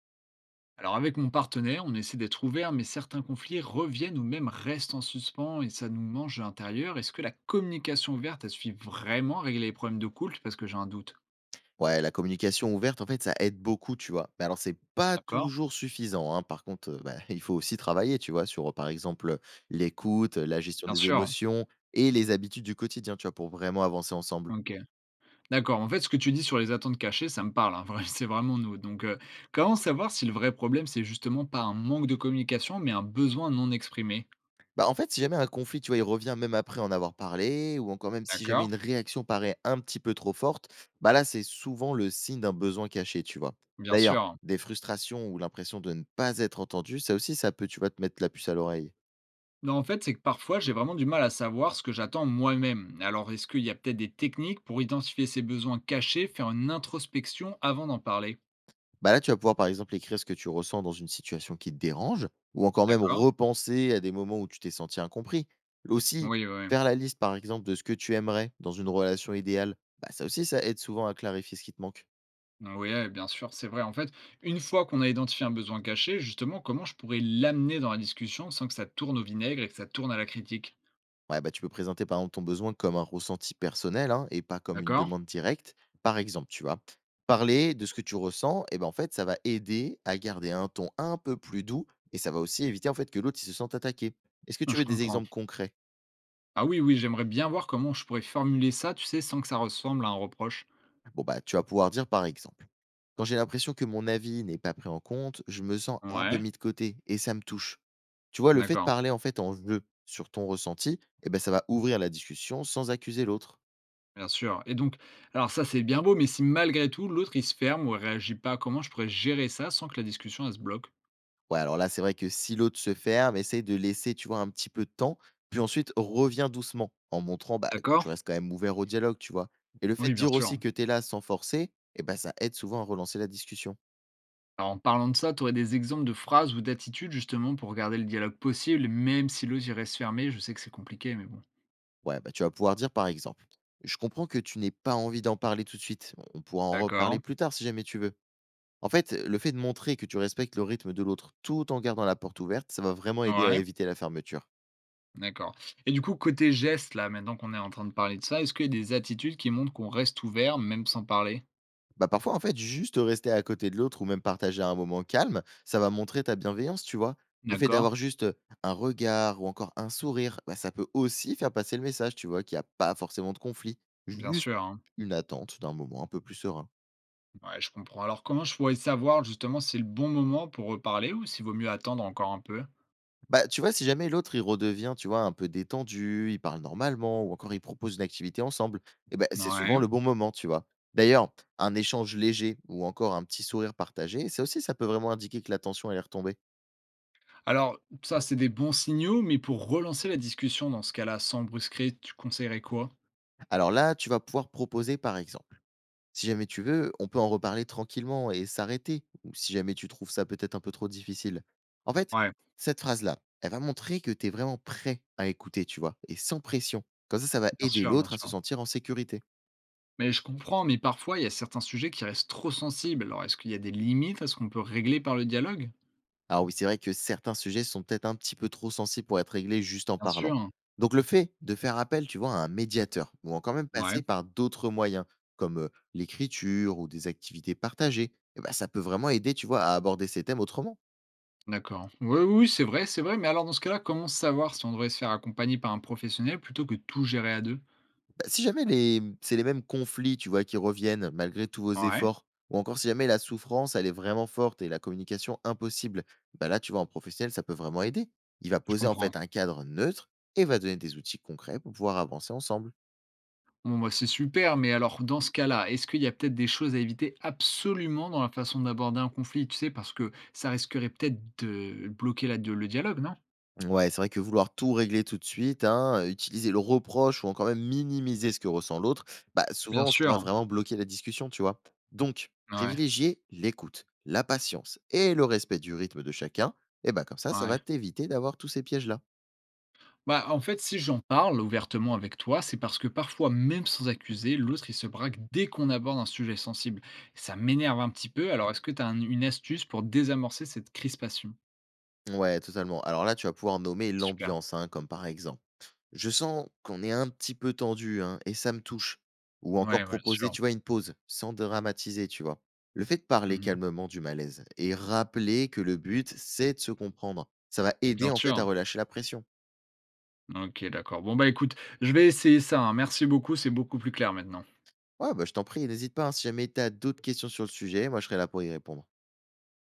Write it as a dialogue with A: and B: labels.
A: Alors avec mon partenaire, on essaie d'être ouvert, mais certains conflits reviennent ou même restent en suspens et ça nous mange de l'intérieur. Est-ce que la communication ouverte, elle suffit vraiment à régler les problèmes de couple? Parce que j'ai un doute.
B: Ouais, la communication ouverte, en fait, ça aide beaucoup, tu vois. Mais alors, c'est pas
A: D'accord.
B: toujours suffisant, hein. Par contre, il faut aussi travailler, tu vois, sur, par exemple, l'écoute, la gestion
A: Bien
B: des
A: sûr.
B: émotions et les habitudes du quotidien, tu vois, pour vraiment avancer ensemble.
A: Ok. D'accord. En fait, ce que tu dis sur les attentes cachées, ça me parle, hein. C'est vraiment nous. Donc, comment savoir si le vrai problème, c'est justement pas un manque de communication, mais un besoin non exprimé?
B: Bah, en fait, si jamais un conflit, tu vois, il revient même après en avoir parlé, ou encore même si jamais
A: D'accord.
B: une réaction paraît un petit peu trop forte, bah là, c'est souvent le signe d'un besoin caché, tu vois.
A: Bien
B: D'ailleurs,
A: sûr.
B: des frustrations ou l'impression de ne pas être entendu, ça aussi, ça peut, tu vois, te mettre la puce à l'oreille.
A: Non, en fait, c'est que parfois, j'ai vraiment du mal à savoir ce que j'attends moi-même. Alors, est-ce qu'il y a peut-être des techniques pour identifier ces besoins cachés, faire une introspection avant d'en parler?
B: Bah là, tu vas pouvoir, par exemple, écrire ce que tu ressens dans une situation qui te dérange, ou encore même
A: D'accord?
B: repenser à des moments où tu t'es senti incompris. Aussi,
A: Oui, oui.
B: faire la liste, par exemple, de ce que tu aimerais dans une relation idéale, bah ça aussi, ça aide souvent à clarifier ce qui te manque.
A: Oui, bien sûr, c'est vrai. En fait, une fois qu'on a identifié un besoin caché, justement, comment je pourrais l'amener dans la discussion sans que ça tourne au vinaigre et que ça tourne à la critique?
B: Ouais, bah tu peux présenter, par exemple, ton besoin comme un ressenti personnel, hein, et pas comme une
A: D'accord?
B: demande directe. Par exemple, tu vois, parler de ce que tu ressens, et ben en fait, ça va aider à garder un ton un peu plus doux et ça va aussi éviter en fait que l'autre il se sente attaqué. Est-ce que tu
A: Je
B: veux des
A: comprends.
B: exemples concrets?
A: Ah oui, oui, j'aimerais bien voir comment je pourrais formuler ça, tu sais, sans que ça ressemble à un reproche.
B: Bon bah tu vas pouvoir dire par exemple. Quand j'ai l'impression que mon avis n'est pas pris en compte, je me sens un peu
A: Ouais,
B: mis de côté et ça me touche. Tu vois, le fait de
A: d'accord.
B: parler en fait en jeu sur ton ressenti, eh ben, ça va ouvrir la discussion sans accuser l'autre.
A: Bien sûr. Et donc alors ça, c'est bien beau, mais si malgré tout l'autre, il se ferme ou elle réagit pas, comment je pourrais gérer ça sans que la discussion, elle se bloque?
B: Ouais, alors là, c'est vrai que si l'autre se ferme, essaye de laisser, tu vois, un petit peu de temps, puis ensuite reviens doucement en montrant bah, que
A: D'accord?
B: tu restes quand même ouvert au dialogue, tu vois. Et le fait
A: Oui,
B: de
A: bien
B: dire
A: sûr.
B: aussi que tu es là sans forcer, eh ben, ça aide souvent à relancer la discussion.
A: Alors en parlant de ça, tu aurais des exemples de phrases ou d'attitudes justement pour garder le dialogue possible, même si l'autre il reste fermé? Je sais que c'est compliqué, mais bon.
B: Ouais, bah, tu vas pouvoir dire par exemple, je comprends que tu n'aies pas envie d'en parler tout de suite, on pourra en reparler
A: D'accord.
B: plus tard si jamais tu veux. En fait, le fait de montrer que tu respectes le rythme de l'autre tout en gardant la porte ouverte, ça va vraiment aider à
A: Ouais,
B: éviter la fermeture.
A: d'accord. Et du coup, côté geste là, maintenant qu'on est en train de parler de ça, est-ce qu'il y a des attitudes qui montrent qu'on reste ouvert même sans parler?
B: Bah parfois, en fait, juste rester à côté de l'autre ou même partager un moment calme, ça va montrer ta bienveillance, tu vois. Le fait
A: D'accord,
B: d'avoir juste un regard ou encore un sourire, bah, ça peut aussi faire passer le message, tu vois, qu'il n'y a pas forcément de conflit.
A: bien
B: Juste
A: sûr, hein.
B: une attente d'un moment un peu plus serein.
A: Ouais, je comprends. Alors, comment je pourrais savoir justement si c'est le bon moment pour reparler ou s'il vaut mieux attendre encore un peu?
B: Bah, tu vois, si jamais l'autre, il redevient, tu vois, un peu détendu, il parle normalement ou encore il propose une activité ensemble, eh ben, c'est
A: Ouais.
B: souvent le bon moment, tu vois. D'ailleurs, un échange léger ou encore un petit sourire partagé, ça aussi, ça peut vraiment indiquer que la tension, elle est retombée.
A: Alors, ça, c'est des bons signaux, mais pour relancer la discussion dans ce cas-là, sans brusquer, tu conseillerais quoi?
B: Alors là, tu vas pouvoir proposer, par exemple. Si jamais tu veux, on peut en reparler tranquillement et s'arrêter, ou si jamais tu trouves ça peut-être un peu trop difficile. En fait,
A: Ouais,
B: cette phrase-là, elle va montrer que tu es vraiment prêt à écouter, tu vois, et sans pression. Comme ça va
A: bien
B: aider
A: sûr, bien
B: l'autre à se
A: sûr.
B: sentir en sécurité.
A: Mais je comprends, mais parfois, il y a certains sujets qui restent trop sensibles. Alors, est-ce qu'il y a des limites à ce qu'on peut régler par le dialogue?
B: Alors oui, c'est vrai que certains sujets sont peut-être un petit peu trop sensibles pour être réglés juste en
A: Bien
B: parlant.
A: sûr.
B: Donc le fait de faire appel, tu vois, à un médiateur, ou en quand même
A: Ouais,
B: passer par d'autres moyens, comme l'écriture ou des activités partagées, eh ben, ça peut vraiment aider, tu vois, à aborder ces thèmes autrement.
A: d'accord. Oui, oui, oui, c'est vrai, c'est vrai. Mais alors, dans ce cas-là, comment savoir si on devrait se faire accompagner par un professionnel plutôt que tout gérer à deux?
B: Bah, si jamais c'est les mêmes conflits, tu vois, qui reviennent malgré tous vos
A: Ouais,
B: efforts, ou encore si jamais la souffrance, elle est vraiment forte et la communication impossible, bah là, tu vois, en professionnel, ça peut vraiment aider. Il va
A: je
B: poser en
A: comprends.
B: fait un cadre neutre et va donner des outils concrets pour pouvoir avancer ensemble.
A: Bon, bah, c'est super, mais alors dans ce cas-là, est-ce qu'il y a peut-être des choses à éviter absolument dans la façon d'aborder un conflit, tu sais, parce que ça risquerait peut-être de bloquer la de le dialogue, non?
B: Ouais, c'est vrai que vouloir tout régler tout de suite, hein, utiliser le reproche ou encore même minimiser ce que ressent l'autre, bah,
A: Bien
B: souvent, ça va
A: sûr,
B: vraiment bloquer la discussion, tu vois. Donc,
A: ouais,
B: privilégier l'écoute, la patience et le respect du rythme de chacun, et bah, comme ça
A: ouais.
B: va t'éviter d'avoir tous ces pièges-là.
A: Bah, en fait, si j'en parle ouvertement avec toi, c'est parce que parfois, même sans accuser, l'autre il se braque dès qu'on aborde un sujet sensible. Ça m'énerve un petit peu, alors est-ce que tu as une astuce pour désamorcer cette crispation?
B: Ouais, totalement. Alors là, tu vas pouvoir nommer
A: Super.
B: l'ambiance, hein, comme par exemple je sens qu'on est un petit peu tendu, hein, et ça me touche. Ou
A: Ouais,
B: encore
A: ouais, bien
B: proposer,
A: sûr.
B: tu vois, une pause, sans dramatiser, tu vois. Le fait de parler
A: Mhm.
B: calmement du malaise et rappeler que le but, c'est de se comprendre. Ça va
A: Bien
B: aider, en fait,
A: sûr.
B: à relâcher la pression.
A: OK, d'accord. Bon, bah, écoute, je vais essayer ça, hein. Merci beaucoup, c'est beaucoup plus clair maintenant.
B: Ouais, bah, je t'en prie, n'hésite pas, hein, si jamais tu as d'autres questions sur le sujet, moi, je serai là pour y répondre.